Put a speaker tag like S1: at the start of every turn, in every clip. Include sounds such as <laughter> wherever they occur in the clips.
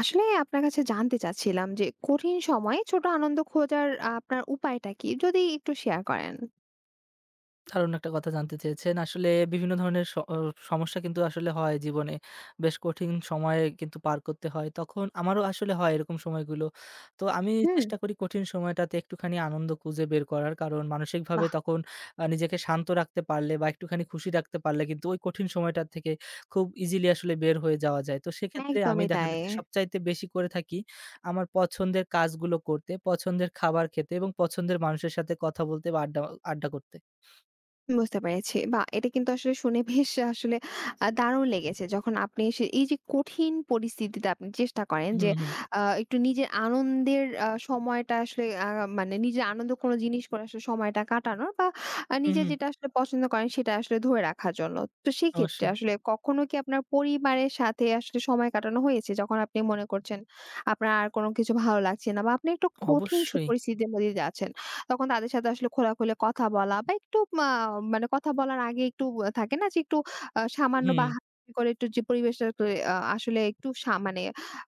S1: আসলে আপনার কাছে জানতে চাচ্ছিলাম যে কঠিন সময়ে ছোট আনন্দ খোঁজার আপনার উপায়টা কি? যদি একটু শেয়ার করেন।
S2: দারুণ একটা কথা জানতে চেয়েছেন। আসলে বিভিন্ন ধরনের স অ সমস্যা কিন্তু আসলে হয় জীবনে। বেশ কঠিন সময়ে কিন্তু পার করতে হয়। তখন আমারও আসলে হয় এরকম সময়গুলো। তো আমি
S1: হুম।
S2: চেষ্টা করি কঠিন সময়টাতে একটুখানি আনন্দ খুঁজে বের করার। কারণ মানসিকভাবে
S1: বাহ!
S2: তখন নিজেকে শান্ত রাখতে পারলে বা একটুখানি খুশি রাখতে পারলে কিন্তু ওই কঠিন সময়টা থেকে খুব ইজিলি আসলে বের হয়ে যাওয়া যায়। তো সেক্ষেত্রে আমি
S1: একদমই
S2: দেখা
S1: তাই।
S2: যাচ্ছে সবচাইতে বেশি করে থাকি আমার পছন্দের কাজগুলো করতে, পছন্দের খাবার খেতে এবং পছন্দের মানুষের সাথে কথা বলতে বা আড্ডা আড্ডা করতে।
S1: বুঝতে পেরেছি। বাহ! এটা কিন্তু আসলে শুনে বেশ আসলে দারুণ লেগেছে। যখন আপনি সে এই যে কঠিন পরিস্থিতিতে আপনি চেষ্টা করেন
S2: হুম,
S1: যে
S2: হুম।
S1: একটু নিজের আনন্দের সময়টা আসলে মানে নিজের আনন্দ কোনো জিনিস করে আসলে সময়টা কাটানোর বা
S2: হুম,
S1: নিজে
S2: হুম।
S1: যেটা আসলে পছন্দ করেন সেটা আসলে ধরে রাখার জন্য। তো সেক্ষেত্রে
S2: অবশ্যই,
S1: আসলে কখনো কি আপনার পরিবারের সাথে আসলে সময় কাটানো হয়েছে? যখন আপনি মনে করছেন আপনার আর কোনো কিছু ভালো লাগছে না বা আপনি একটা কঠিন
S2: অবশ্যই।
S1: পরিস্থিতির মধ্যে দিয়ে যাচ্ছেন। তখন তাদের সাথে আসলে খোলাখুলি কথা বলা বা একটু মানে কথা বলার আগে একটু থাকে না যে একটু সামান্য বা
S2: হুম।
S1: হালকা করে একটু যে পরিবেশটা করে আসলে একটু মানে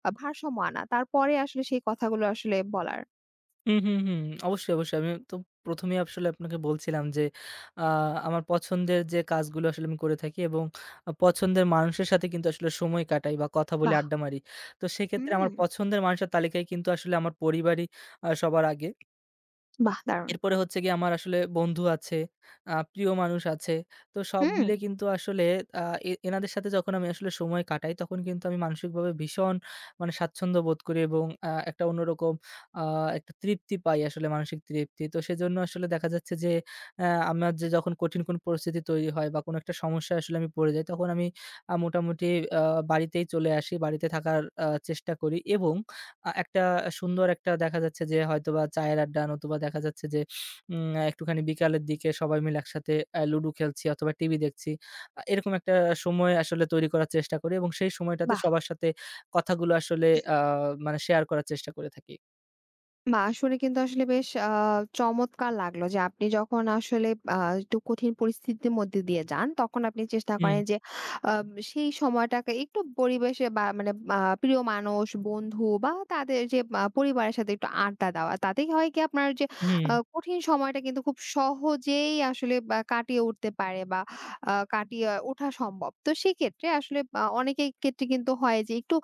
S1: ভারসাম্য আনা। তারপরে আসলে সেই কথাগুলো আসলে বলার।
S2: হুম, হুম, হুম। অবশ্যই, অবশ্যই। আমি তো ১ম এই আসলে আপনাকে বলছিলাম যে আ আমার পছন্দের যে কাজগুলো আসলে আমি করে থাকি এবং পছন্দের মানুষের সাথে কিন্তু আসলে সময় কাটাই বা কথা বলি,
S1: বাহ!
S2: আড্ডা মারি। তো সেক্ষেত্রে
S1: হুম।
S2: আমার পছন্দের মানুষের তালিকায় কিন্তু আসলে আমার পরিবারই সবার আগে।
S1: বাহ! দারুণ।
S2: এরপরে হচ্ছে গিয়ে আমার আসলে বন্ধু আছে, প্রিয় মানুষ আছে। তো সব
S1: হুম।
S2: মিলে কিন্তু আসলে আ এ এনাদের সাথে যখন আমি আসলে সময় কাটাই, তখন কিন্তু আমি মানসিকভাবে ভীষণ মানে স্বাচ্ছন্দ্য বোধ করি এবং একটা অন্যরকম আ একটা তৃপ্তি পাই আসলে মানসিক তৃপ্তি। তো সেজন্য আসলে দেখা যাচ্ছে যে আমার যে যখন কঠিন কোনো পরিস্থিতি তৈরি হয় বা কোনো একটা সমস্যায় আসলে আমি পড়ে যাই, তখন আমি মোটামুটি আ বাড়িতেই চলে আসি। বাড়িতে থাকার চেষ্টা করি এবং একটা সুন্দর একটা দেখা যাচ্ছে যে হয়তোবা চায়ের আড্ডা নতুবা দেখা যাচ্ছে যে একটুখানি বিকালের দিকে সবাই মিলে একসাথে লুডু খেলছি অথবা টিভি দেখছি। এরকম একটা সময় আসলে তৈরি করার চেষ্টা করি এবং সেই সময়টাতে
S1: বাহ!
S2: সবার সাথে কথাগুলো আসলে আ মানে শেয়ার করার চেষ্টা করে থাকি।
S1: বাহ! শুনে কিন্তু আসলে বেশ চমৎকার লাগলো যে আপনি যখন আসলে আ একটু কঠিন পরিস্থিতির মধ্যে দিয়ে যান, তখন আপনি চেষ্টা
S2: হুম,
S1: করেন যে সেই সময়টাকে একটু পরিবেশে বা মানে প্রিয় মানুষ, বন্ধু বা তাদের যে পরিবারের সাথে একটু আড্ডা দেওয়া। তাতেই হয় কি আপনার যে
S2: হুম।
S1: কঠিন সময়টা কিন্তু খুব সহজেই আসলে বা কাটিয়ে উঠতে পারে বা কাটিয়ে ওঠা সম্ভব। তো সেক্ষেত্রে আসলে অনেকের ক্ষেত্রে কিন্তু হয় যে একটু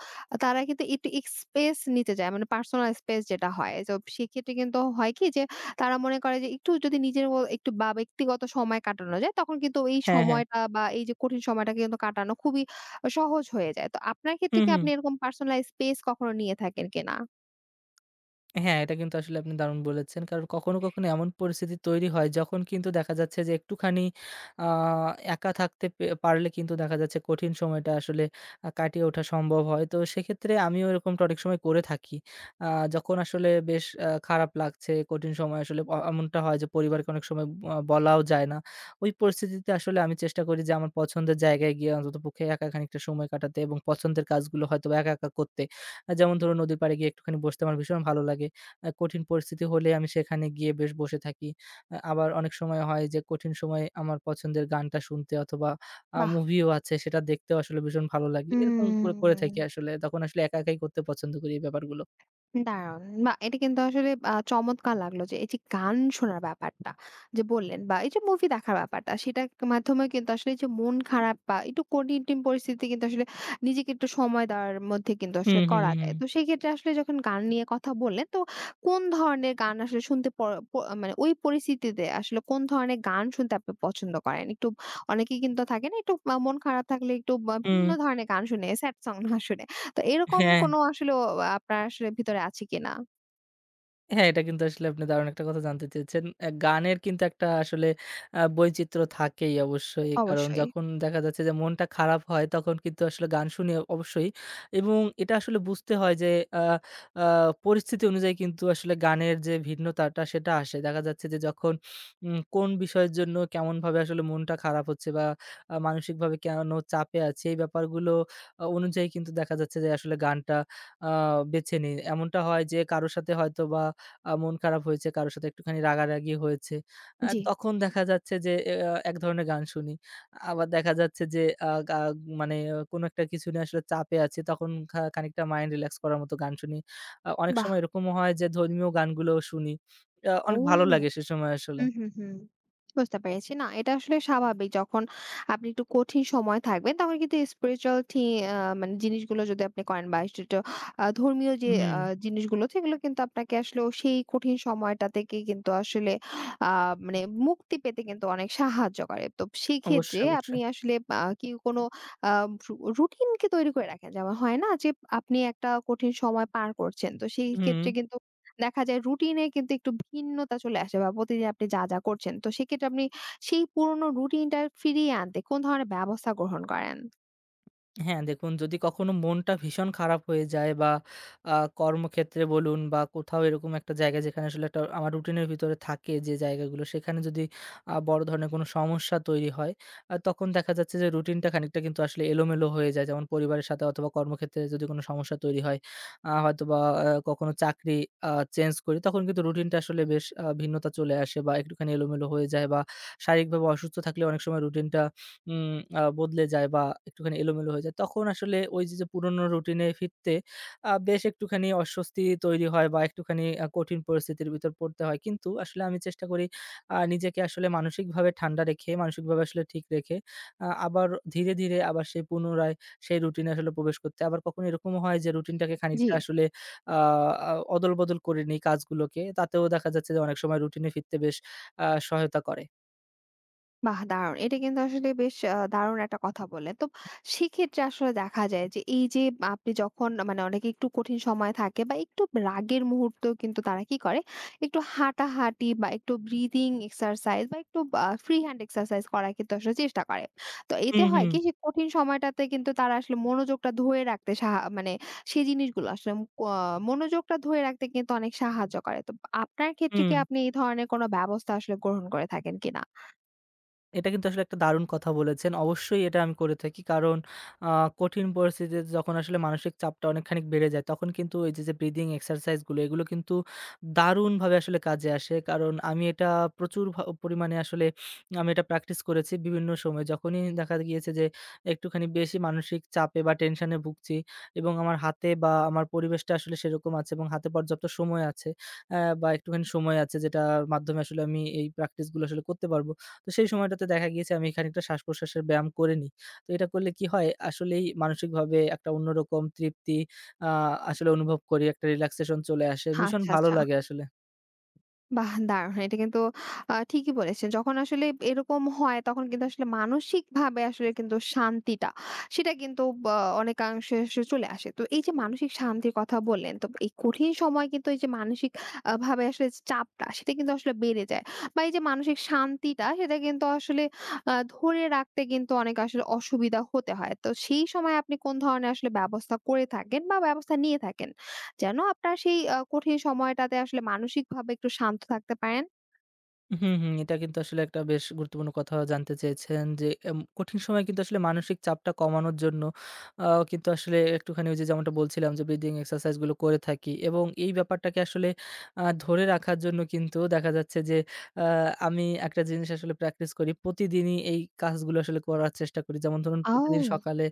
S1: তারা কিন্তু একটু স্পেস নিতে চায়। মানে পার্সোনাল স্পেস যেটা হয়। তো সেক্ষেত্রে কিন্তু হয় কি যে তারা মনে করে যে একটু যদি নিজের ও একটু বা ব্যক্তিগত সময় কাটানো যায় তখন কিন্তু এই
S2: হ্যাঁ, হ্যাঁ।
S1: সময়টা বা এই যে কঠিন সময়টা কিন্তু কাটানো খুবই সহজ হয়ে যায়। তো আপনার ক্ষেত্রে
S2: হুম,
S1: কি
S2: হুম।
S1: আপনি এরকম পার্সোনাল স্পেস কখনো নিয়ে থাকেন কিনা?
S2: হ্যাঁ, এটা কিন্তু আসলে আপনি দারুণ বলেছেন। কারণ কখনো, কখনো এমন পরিস্থিতি তৈরি হয় যখন কিন্তু দেখা যাচ্ছে যে একটুখানি আ একা থাকতে পারলে কিন্তু দেখা যাচ্ছে কঠিন সময়টা আসলে কাটিয়ে ওঠা সম্ভব হয়। তো সেক্ষেত্রে আমিও এরকমটা অনেক সময় করে থাকি। আ যখন আসলে বেশ খারাপ লাগছে, কঠিন সময় আসলে এমনটা হয় যে পরিবারকে অনেক সময় বলাও যায় না। ওই পরিস্থিতিতে আসলে আমি চেষ্টা করি যে আমার পছন্দের জায়গায় গিয়ে অন্ততপক্ষে একা খানিকটা সময় কাটাতে এবং পছন্দের কাজগুলো হয়তোবা একা, একা করতে। যেমন ধরুন নদীর পাড়ে গিয়ে একটুখানি বসতে আমার ভীষণ ভালো লাগে। কঠিন পরিস্থিতি হলে আমি সেখানে গিয়ে বেশ বসে থাকি। আবার অনেক সময় হয় যে কঠিন সময়ে আমার পছন্দের গানটা শুনতে অথবা
S1: বাহ!
S2: মুভিও আছে সেটা দেখতেও আসলে ভীষণ ভালো লাগে। এরকম করে, করে
S1: হুম।
S2: থাকি আসলে। তখন আসলে একা একাই করতে পছন্দ করি এই ব্যাপারগুলো।
S1: দারুণ! বাহ! এটা কিন্তু আসলে চমৎকার লাগলো যে এই যে গান শোনার ব্যাপারটা যে বললেন বা এই যে মুভি দেখার ব্যাপারটা সেটার মাধ্যমে কিন্তু আসলে এই যে মন খারাপ বা একটু কঠিন পরিস্থিতিতে কিন্তু আসলে নিজেকে একটু সময় দেওয়ার মধ্যে কিন্তু
S2: হুম,
S1: আসলে
S2: হুম,
S1: করা যায়। তো
S2: হুম,
S1: সেক্ষেত্রে আসলে যখন গান নিয়ে কথা বললেন তো কোন ধরনের গান আসলে শুনতে প প মানে ওই পরিস্থিতিতে আসলে কোন ধরনের গান শুনতে আপনি পছন্দ করেন? একটু অনেকেই কিন্তু থাকে না একটু মন খারাপ থাকলে একটু বা
S2: হুম।
S1: ভিন্ন ধরনের গান শুনে স্যাড সং না শুনে। তো এরকম
S2: হ্যাঁ।
S1: কোনো আসলে আপনার আসলে ভিতরে আছে কিনা?
S2: হ্যাঁ, এটা কিন্তু আসলে আপনি দারুণ একটা কথা জানতে চেয়েছেন। গানের কিন্তু একটা আসলে বৈচিত্র্য থাকেই অবশ্যই। কারণ
S1: অবশ্যই।
S2: যখন দেখা যাচ্ছে যে মনটা খারাপ হয় তখন কিন্তু আসলে গান শুনি অবশ্যই। এবং এটা আসলে বুঝতে হয় যে আ আ পরিস্থিতি অনুযায়ী কিন্তু আসলে গানের যে ভিন্নতাটা সেটা আসে। দেখা যাচ্ছে যে যখন কোন বিষয়ের জন্য কেমনভাবে আসলে মনটা খারাপ হচ্ছে বা মানসিকভাবে কেন চাপে আছি এই ব্যাপারগুলো অনুযায়ী কিন্তু দেখা যাচ্ছে যে আসলে গানটা আ বেছে নেই। এমনটা হয় যে কারো সাথে হয়তোবা মন খারাপ হয়েছে, কারো সাথে একটুখানি রাগারাগি হয়েছে।
S1: জি।
S2: তখন দেখা যাচ্ছে যে এ আ এক ধরনের গান শুনি। আবার দেখা যাচ্ছে যে আ গা মানে কোনো একটা কিছু নিয়ে আসলে চাপে আছি, তখন খানিকটা মাইন্ড রিল্যাক্স করার মতো গান শুনি। অনেক
S1: বাহ!
S2: সময় এরকমও হয় যে ধর্মীয় গানগুলোও শুনি।
S1: ও!
S2: অনেক ভালো লাগে সে সময় আসলে।
S1: হুম, হুম, হুম। বুঝতে পেরেছি। না, এটা আসলে স্বাভাবিক। যখন আপনি একটু কঠিন সময় থাকবেন, তখন কিন্তু স্পিরিচুয়াল মানে জিনিসগুলো যদি আপনি করেন বা একটু ধর্মীয় যে
S2: হুম,
S1: আ জিনিসগুলো সেগুলো কিন্তু আপনাকে আসলেও সেই কঠিন সময়টা থেকে কিন্তু আসলে আ মানে মুক্তি পেতে কিন্তু অনেক সাহায্য করে। তো সেক্ষেত্রে
S2: অবশ্যই,
S1: আপনি
S2: অবশ্যই।
S1: আসলে কি কোনো আ রু রুটিন কি তৈরি করে রাখেন? যেমন হয় না যে আপনি একটা কঠিন সময় পার করছেন। তো সেই
S2: হুম।
S1: ক্ষেত্রে কিন্তু দেখা যায় রুটিনে কিন্তু একটু ভিন্নতা চলে আসে বা প্রতিদিন আপনি যা, যা করছেন। তো সেক্ষেত্রে আপনি সেই পুরনো রুটিনটা ফিরিয়ে আনতে কোন ধরনের ব্যবস্থা গ্রহণ করেন?
S2: হ্যাঁ, দেখুন যদি কখনো মনটা ভীষণ খারাপ হয়ে যায় বা আ কর্মক্ষেত্রে বলুন বা কোথাও এরকম একটা জায়গা যেখানে আসলে একটা আমার রুটিনের ভিতরে থাকে যে জায়গাগুলো সেখানে যদি বড় ধরনের কোনো সমস্যা তৈরি হয়, তখন দেখা যাচ্ছে যে রুটিনটা খানিকটা কিন্তু আসলে এলোমেলো হয়ে যায়। যেমন পরিবারের সাথে অথবা কর্মক্ষেত্রে যদি কোনো সমস্যা তৈরি হয়, হয়তোবা কখনো চাকরি আ চেঞ্জ করি তখন কিন্তু রুটিনটা আসলে বেশ ভিন্নতা চলে আসে বা একটুখানি এলোমেলো হয়ে যায় বা শারীরিকভাবে অসুস্থ থাকলে অনেক সময় রুটিনটা উম আ বদলে যায় বা একটুখানি এলোমেলো হয়ে যায়। তখন আসলে ওই যে, যে পুরনো রুটিনে ফিরতে বেশ একটুখানি অস্বস্তি তৈরি হয় বা একটুখানি কঠিন পরিস্থিতির ভিতর পড়তে হয়। কিন্তু আসলে আমি চেষ্টা করি নিজেকে আসলে মানসিকভাবে ঠান্ডা রেখে, মানসিকভাবে আসলে ঠিক রেখে আবার ধীরে, ধীরে আবার সেই পুনরায় সেই রুটিনে আসলে প্রবেশ করতে। আবার কখনো এরকমও হয় যে রুটিনটাকে
S1: জি।
S2: খানিকটা আসলে আ আ অদল-বদল করে নিই কাজগুলোকে। তাতেও দেখা যাচ্ছে যে অনেক সময় রুটিনে ফিরতে বেশ সহায়তা করে।
S1: বাহ! দারুণ। এটা কিন্তু আসলে বেশ দারুণ একটা কথা বললেন। তো সেক্ষেত্রে আসলে দেখা যায় যে এই যে আপনি যখন মানে অনেকে একটু কঠিন সময় থাকে বা একটু রাগের মুহূর্তেও কিন্তু তারা কি করে? একটু হাঁটাহাঁটি বা একটু ব্রিদিং এক্সারসাইজ বা একটু ফ্রি হ্যান্ড এক্সারসাইজ করার কিন্তু আসলে চেষ্টা করে। তো এতে
S2: হুম,
S1: হয়
S2: হুম,
S1: কি? সে কঠিন সময়টাতে কিন্তু তারা আসলে মনোযোগটা ধরে রাখতে মানে সেই জিনিসগুলো আসলে মনোযোগটা ধরে রাখতে কিন্তু অনেক সাহায্য করে। তো আপনার ক্ষেত্রে
S2: হুম।
S1: কি আপনি এই ধরনের কোনো ব্যবস্থা আসলে গ্রহণ করে থাকেন কিনা?
S2: এটা কিন্তু আসলে একটা দারুণ কথা বলেছেন। অবশ্যই এটা আমি করে থাকি। কারণ আ কঠিন পরিস্থিতিতে যখন আসলে মানসিক চাপটা অনেকখানি বেড়ে যায়, তখন কিন্তু এই যে, যে ব্রিদিং এক্সারসাইজ গুলো এগুলো কিন্তু দারুণভাবে আসলে কাজে আসে। কারণ আমি এটা প্রচুর পরিমাণে আসলে আমি এটা প্র্যাকটিস করেছি বিভিন্ন সময়। যখনই দেখা গিয়েছে যে, একটুখানি বেশি মানসিক চাপে বা টেনশনে ভুগছি এবং আমার হাতে বা আমার পরিবেশটা আসলে সেরকম আছে এবং হাতে পর্যাপ্ত সময় আছে বা একটুখানি সময় আছে যেটার মাধ্যমে আসলে আমি এই প্র্যাকটিস গুলো আসলে করতে পারব। তো সেই সময়টাতে দেখা গিয়েছে আমি খানিকটা শ্বাস-প্রশ্বাসের ব্যায়াম করে নিই। তো এটা করলে কি হয় আসলেই মানসিকভাবে একটা অন্যরকম তৃপ্তি আ আসলে অনুভব করি। একটা রিল্যাক্সেশন চলে আসে। ভীষণ
S1: আচ্ছা,
S2: ভালো
S1: আচ্ছা।
S2: লাগে আসলে।
S1: বাহ! দারুণ। এটা কিন্তু ঠিকই বলেছেন। যখন আসলে এরকম হয় তখন কিন্তু আসলে মানসিকভাবে আসলে কিন্তু শান্তিটা সেটা কিন্তু বা অনেকাংশে আসলে চলে আসে। তো এই যে মানসিক শান্তির কথা বললেন, তো এই কঠিন সময় কিন্তু এই যে মানসিক ভাবে আসলে যে চাপটা সেটা কিন্তু আসলে বেড়ে যায়। বা এই যে মানসিক শান্তিটা সেটা কিন্তু আসলে ধরে রাখতে কিন্তু অনেক আসলে অসুবিধা হতে হয়। তো সেই সময় আপনি কোন ধরনের আসলে ব্যবস্থা করে থাকেন বা ব্যবস্থা নিয়ে থাকেন? যেন আপনার সেই কঠিন সময়টাতে আসলে মানসিকভাবে একটু শান্ত থাকতে পারেন।
S2: হুম, হুম। এটা কিন্তু আসলে একটা বেশ গুরুত্বপূর্ণ কথা জানতে চেয়েছেন যে, কঠিন সময়ে কিন্তু আসলে মানসিক চাপটা কমানোর জন্য আ কিন্তু আসলে একটুখানি ওই যে যেমনটা বলছিলাম যে ব্রিদিং এক্সারসাইজ গুলো করে থাকি। এবং এই ব্যাপারটাকে আসলে ধরে রাখার জন্য কিন্তু দেখা যাচ্ছে যে আ আমি একটা জিনিস আসলে প্র্যাকটিস করি। প্রতিদিনই এই কাজগুলো আসলে করার চেষ্টা করি। যেমন ধরুন প্রতিদিন
S1: ও!
S2: সকালে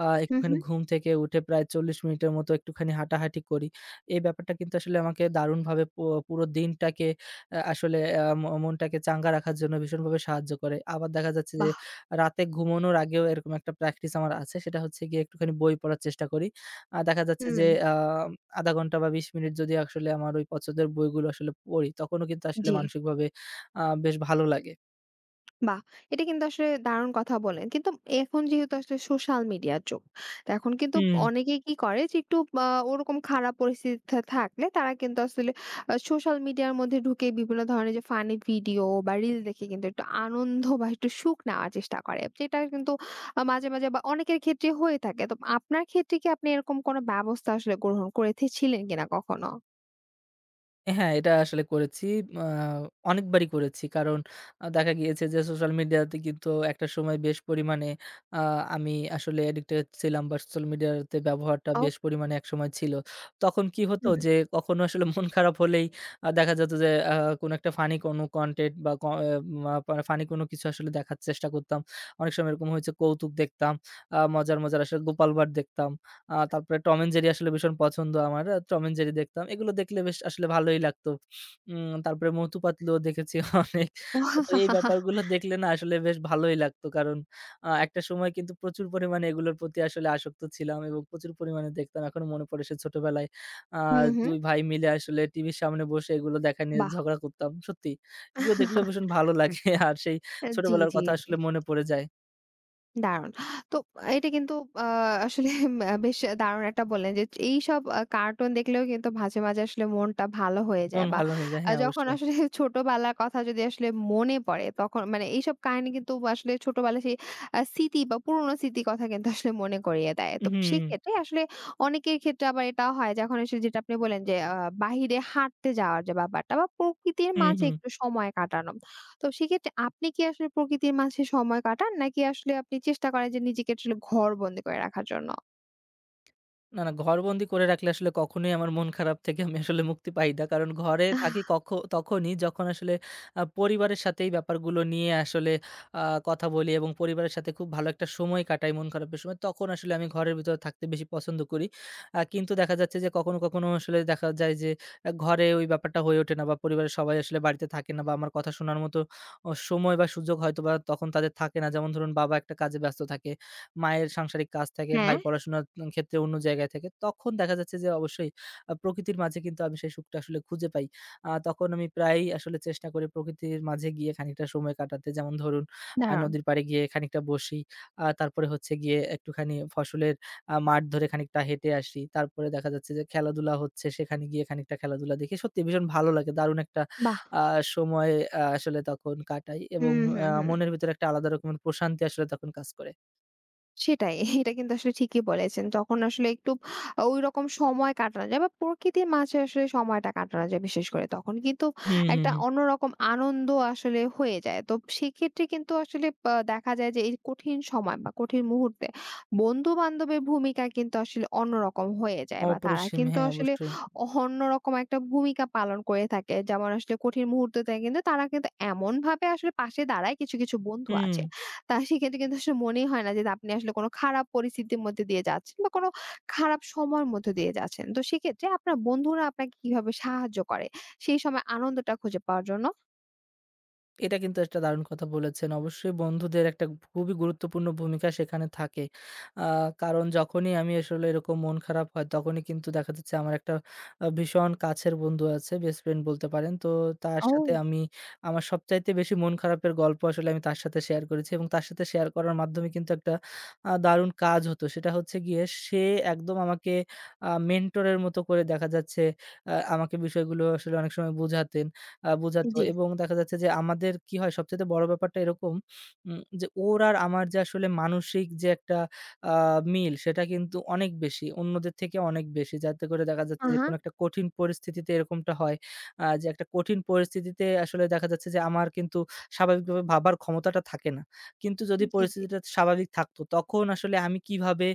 S1: হু, হু।
S2: একটুখানি ঘুম থেকে উঠে প্রায় ৪০ মিনিটের মতো একটুখানি হাঁটাহাঁটি করি। এই ব্যাপারটা কিন্তু আসলে আমাকে দারুণভাবে পুরো দিনটাকে আসলে আ ম মনটাকে চাঙ্গা রাখার জন্য ভীষণভাবে সাহায্য করে। আবার দেখা যাচ্ছে যে
S1: বাহ!
S2: রাতে ঘুমানোর আগেও এরকম একটা প্র্যাকটিস আমার আছে। সেটা হচ্ছে গিয়ে একটুখানি বই পড়ার চেষ্টা করি। দেখা যাচ্ছে যে
S1: হুম।
S2: ০.৫ ঘন্টা বা ২০ মিনিট যদি আসলে আমার ওই পছন্দের বইগুলো আসলে পড়ি, তখনও কিন্তু আসলে
S1: জি।
S2: মানসিকভাবে বেশ ভালো লাগে।
S1: বাহ! এটা কিন্তু আসলে দারুণ কথা বলেন। কিন্তু এখন যেহেতু আসলে সোশ্যাল মিডিয়ার যুগ। তো এখন কিন্তু
S2: হুম।
S1: অনেকেই কি করে যে একটু ওরকম খারাপ পরিস্থিতিতে থাকলে তারা কিন্তু আসলে সোশ্যাল মিডিয়ার মধ্যে ঢুকে বিভিন্ন ধরনের যে ফানি ভিডিও বা রিল দেখে কিন্তু একটু আনন্দ বা একটু সুখ নেওয়ার চেষ্টা করে। যেটা কিন্তু মাঝে, মাঝে বা অনেকের ক্ষেত্রে হয়ে থাকে। তো আপনার ক্ষেত্রে কি আপনি এরকম কোনো ব্যবস্থা আসলে গ্রহণ করেছিলেন কিনা কখনো?
S2: হ্যাঁ, এটা আসলে করেছি। আ অনেকবারই করেছি। কারণ দেখা গিয়েছে যে সোশ্যাল মিডিয়াতে কিন্তু একটা সময় বেশ পরিমাণে আ আমি আসলে অ্যাডিক্টেড ছিলাম বা সোশ্যাল মিডিয়াতে ব্যবহারটা
S1: অ
S2: বেশ পরিমাণে একসময় ছিল। তখন কি হতো
S1: হুম।
S2: যে কখনো আসলে মন খারাপ হলেই দেখা যেত যে কোনো একটা ফানি কোনো কনটেন্ট বা ক এ ফানি কোনো কিছু আসলে দেখার চেষ্টা করতাম। অনেক সময় এরকম হয়েছে কৌতুক দেখতাম, মজার, মজার আসলে গোপাল ভাঁড় দেখতাম। তারপরে টম অ্যান্ড জেরি আসলে ভীষণ পছন্দ আমার। টম অ্যান্ড জেরি দেখতাম। এগুলো দেখলে বেশ আসলে ভালোই লাগতো। তারপরে মটু পাতলুও দেখেছি <laughs> অনেক। তো এই ব্যাপারগুলো দেখলে না আসলে বেশ ভালোই লাগতো। কারণ একটা সময় কিন্তু প্রচুর পরিমাণে এগুলোর প্রতি আসলে আসক্ত ছিলাম এবং প্রচুর পরিমাণে দেখতাম। এখনো মনে পড়ে সে ছোটবেলায় আ
S1: হুম, হুম।
S2: ২ ভাই মিলে আসলে টিভির সামনে বসে এগুলো দেখা নিয়ে
S1: বাহ!
S2: ঝগড়া করতাম। সত্যি। এগুলো দেখলেও ভীষণ ভালো লাগে। <laughs> আর সেই
S1: জি,
S2: ছোটবেলার
S1: জি,
S2: কথা
S1: জি।
S2: আসলে মনে পড়ে যায়।
S1: দারুণ। তো এটা কিন্তু আ আসলে বেশ দারুণ একটা বললেন যে এইসব কার্টুন দেখলেও কিন্তু মাঝে, মাঝে আসলে মনটা ভালো হয়ে
S2: মন
S1: যায় বা
S2: ভালো হয়ে যায়। হ্যাঁ,
S1: যখন
S2: অবশ্যই।
S1: আসলে <laughs> ছোটবেলার কথা যদি আসলে মনে পড়ে তখন মানে এইসব কাহিনী কিন্তু আসলে ছোটবেলার সেই স্মৃতি বা পুরোনো স্মৃতির কথা কিন্তু আসলে মনে করিয়ে দেয়। তো
S2: হুম,
S1: সেক্ষেত্রে আসলে অনেকের ক্ষেত্রে আবার এটাও হয় যে এখন এসে যেটা আপনি বললেন যে বাহিরে হাঁটতে যাওয়ার যে ব্যাপারটা বা প্রকৃতির
S2: হুম,
S1: মাঝে
S2: হুম।
S1: একটু সময় কাটানো। তো সেক্ষেত্রে আপনি কি আসলে প্রকৃতির মাঝে সময় কাটান? নাকি আসলে আপনি চেষ্টা করেন যে নিজেকে আসলে ঘরবন্দি করে রাখার জন্য?
S2: না, না ঘরবন্দি করে রাখলে আসলে কখনোই আমার মন খারাপ থেকে আমি আসলে মুক্তি পাই না। কারণ ঘরে থাকি তখনই যখন আসলে পরিবারের সাথে এই ব্যাপারগুলো নিয়ে আসলে আ কথা বলি এবং পরিবারের সাথে খুব ভালো একটা সময় কাটাই মন খারাপের সময়। তখন আসলে আমি ঘরের ভিতরে থাকতে বেশি পছন্দ করি। কিন্তু দেখা যাচ্ছে যে কখনো, কখনো আসলে দেখা যায় যে ঘরে ওই ব্যাপারটা হয়ে ওঠে না বা পরিবারের সবাই আসলে বাড়িতে থাকে না বা আমার কথা শোনার মতো সময় বা সুযোগ হয়তোবা তখন তাদের থাকে না। যেমন ধরুন বাবা একটা কাজে ব্যস্ত থাকে। মায়ের সাংসারিক কাজ থাকে, ভাই
S1: হ্যাঁ,
S2: পড়াশোনার ক্ষেত্রে অন্য জায়গায় থাকে। তখন দেখা যাচ্ছে যে অবশ্যই প্রকৃতির মাঝে কিন্তু আমি সেই সুখটা আসলে খুঁজে পাই। তখন আমি প্রায়ই আসলে চেষ্টা করি প্রকৃতির মাঝে গিয়ে খানিকটা সময় কাটাতে। যেমন ধরুন
S1: দারুণ!
S2: নদীর পাড়ে গিয়ে খানিকটা বসি। তারপরে হচ্ছে গিয়ে একটুখানি ফসলের মাঠ ধরে খানিকটা হেঁটে আসি। তারপরে দেখা যাচ্ছে যে খেলাধুলা হচ্ছে সেখানে গিয়ে খানিকটা খেলাধুলা দেখি। সত্যি ভীষণ ভালো লাগে। দারুণ একটা
S1: বাহ!
S2: আ সময় আসলে তখন কাটাই এবং
S1: হুম, হুম, হুম।
S2: মনের ভিতরে একটা আলাদা রকমের প্রশান্তি আসলে তখন কাজ করে।
S1: সেটাই। এটা কিন্তু আসলে ঠিকই বলেছেন। যখন আসলে একটু ঐরকম সময় কাটানো যায় বা প্রকৃতির মাঝে আসলে সময়টা কাটানো যায় বিশেষ করে তখন কিন্তু
S2: হুম, হুম,
S1: একটা
S2: হুম।
S1: অন্যরকম আনন্দ আসলে হয়ে যায়। তো সেক্ষেত্রে কিন্তু আসলে দেখা যায় যে এই কঠিন সময় বা কঠিন মুহূর্তে বন্ধু-বান্ধবের ভূমিকা কিন্তু আসলে অন্যরকম হয়ে যায় বা তারা
S2: অপরিসীম,
S1: কিন্তু
S2: হ্যাঁ,
S1: আসলে
S2: অবশ্যই।
S1: অন্যরকম একটা ভূমিকা পালন করে থাকে। যেমন আসলে কঠিন মুহূর্ততে কিন্তু তারা কিন্তু এমনভাবে আসলে পাশে দাঁড়ায় কিছু, কিছু বন্ধু
S2: হুম।
S1: আছে। তা সেক্ষেত্রে কিন্তু আসলে মনেই হয় না যে আপনি আসলে কোনো খারাপ পরিস্থিতির মধ্যে দিয়ে যাচ্ছেন বা কোনো খারাপ সময়ের মধ্যে দিয়ে যাচ্ছেন। তো সেক্ষেত্রে আপনার বন্ধুরা আপনাকে কিভাবে সাহায্য করে সেই সময় আনন্দটা খুঁজে পাওয়ার জন্য?
S2: এটা কিন্তু একটা দারুণ কথা বলেছেন। অবশ্যই বন্ধুদের একটা খুবই গুরুত্বপূর্ণ ভূমিকা সেখানে থাকে। আ কারণ যখনই আমি আসলে এরকম মন খারাপ হয় তখনই কিন্তু দেখা যাচ্ছে আমার একটা ভীষণ কাছের বন্ধু আছে, বেস্ট ফ্রেন্ড বলতে পারেন। তো তার
S1: ও!
S2: সাথে আমি আমার সবচাইতে বেশি মন খারাপের গল্প আসলে আমি তার সাথে শেয়ার করেছি এবং তার সাথে শেয়ার করার মাধ্যমে কিন্তু একটা দারুণ কাজ হতো। সেটা হচ্ছে গিয়ে সে একদম আমাকে মেন্টরের মতো করে দেখা যাচ্ছে আমাকে বিষয়গুলো আসলে অনেক সময় বোঝাতেন। বোঝাতো
S1: জি।
S2: এবং দেখা যাচ্ছে যে আমাদের কি হয় সবচাইতে বড় ব্যাপারটা এরকম যে ওর আর আমার যে আসলে মানসিক যে একটা আ মিল সেটা কিন্তু অনেক বেশি। অন্যদের থেকে অনেক বেশি। যাতে করে দেখা যাচ্ছে
S1: আ
S2: যে
S1: হা।
S2: কোনো একটা কঠিন পরিস্থিতিতে এরকমটা হয় যে একটা কঠিন পরিস্থিতিতে আসলে দেখা যাচ্ছে যে আমার কিন্তু স্বাভাবিকভাবে ভাবার ক্ষমতাটা থাকে না। কিন্তু যদি
S1: জি, জি।
S2: পরিস্থিতিটা স্বাভাবিক থাকতো তখন আসলে আমি কিভাবে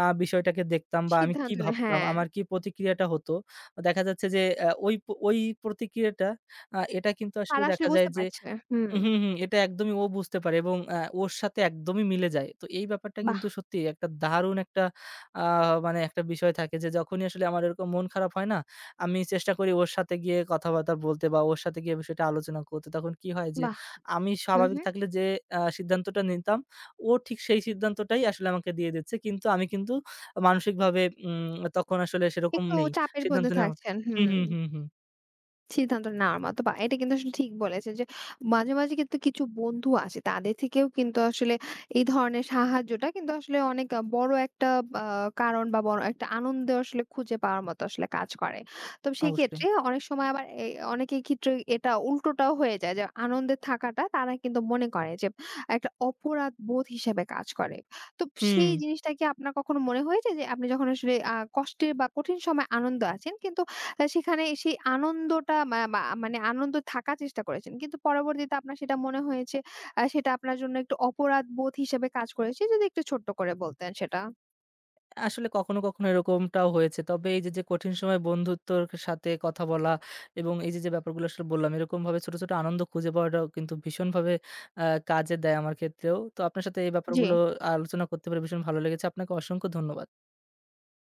S2: বিষয়টাকে দেখতাম বা আমি কি
S1: সিদ্ধান্ত নেয়,
S2: ভাবতাম,
S1: হ্যাঁ।
S2: আমার কি প্রতিক্রিয়াটা হতো। দেখা যাচ্ছে যে অ্যা ওই প ওই প্রতিক্রিয়াটা এটা কিন্তু আসলে
S1: তারা আসলে
S2: দেখা যায়
S1: বুঝতে
S2: যে
S1: পারছে। হুম।
S2: হুম, হুম, এটা একদমই ও বুঝতে পারে এবং ওর সাথে একদমই মিলে যায়। তো এই ব্যাপারটা
S1: বাহ!
S2: কিন্তু সত্যি একটা দারুণ একটা আ মানে একটা বিষয় থাকে যে যখনই আসলে আমার এরকম মন খারাপ হয় না, আমি চেষ্টা করি ওর সাথে গিয়ে কথাবার্তা বলতে বা ওর সাথে গিয়ে বিষয়টা আলোচনা করতে। তখন কি হয় যে
S1: বাহ!
S2: আমি
S1: হু,
S2: স্বাভাবিক
S1: হু।
S2: থাকলে যে সিদ্ধান্তটা নিতাম, ও ঠিক সেই সিদ্ধান্তটাই আসলে আমাকে দিয়ে দিচ্ছে। কিন্তু আমি কিন্তু মানসিকভাবে তখন আসলে সেরকম
S1: একটু
S2: নেই।
S1: চাপের
S2: সিদ্ধান্ত
S1: মধ্যে
S2: নেওয়া,
S1: থাকছেন।
S2: হুম,
S1: হুম।
S2: হুম, হুম, হুম,
S1: সিদ্ধান্ত নেওয়ার মতো বা এটা কিন্তু আসলে ঠিক বলেছেন যে মাঝে, মাঝে কিন্তু কিছু বন্ধু আছে তাদের থেকেও কিন্তু আসলে এই ধরনের সাহায্যটা কিন্তু আসলে অনেক বড় একটা আ কারণ বা বড় একটা আনন্দ আসলে খুঁজে পাওয়ার মতো আসলে কাজ করে। তো
S2: অবশ্যই।
S1: সেক্ষেত্রে অনেক সময় আবার অনেকের ক্ষেত্রে এটা উল্টোটাও হয়ে যায় যে আনন্দে থাকাটা তারা কিন্তু মনে করে যে একটা অপরাধ বোধ হিসেবে কাজ করে। তো
S2: হুম।
S1: সেই জিনিসটা কি আপনার কখনো মনে হয়েছে যে আপনি যখন আসলে কষ্টের বা কঠিন সময়ে আনন্দ আছেন কিন্তু তা সেখানে সেই আনন্দটা মা মা মানে আনন্দ থাকার চেষ্টা করেছেন। কিন্তু পরবর্তীতে আপনার সেটা মনে হয়েছে সেটা আপনার জন্য একটু অপরাধ বোধ হিসেবে কাজ করেছে। যদি একটু ছোট্ট করে বলতেন সেটা।
S2: আসলে কখনো, কখনো এরকমটাও হয়েছে। তবে এই যে, যে কঠিন সময়ে বন্ধুত্বর সাথে কথা বলা এবং এই যে, যে ব্যাপারগুলো আসলে বললাম, এরকমভাবে ছোট, ছোট আনন্দ খুঁজে পাওয়াটাও কিন্তু ভীষণভাবে আ কাজে দেয় আমার ক্ষেত্রেও। তো আপনার সাথে এই
S1: জি।
S2: ব্যাপারগুলো আলোচনা করতে পেরে ভীষণ ভালো লেগেছে। আপনাকে অসংখ্য ধন্যবাদ।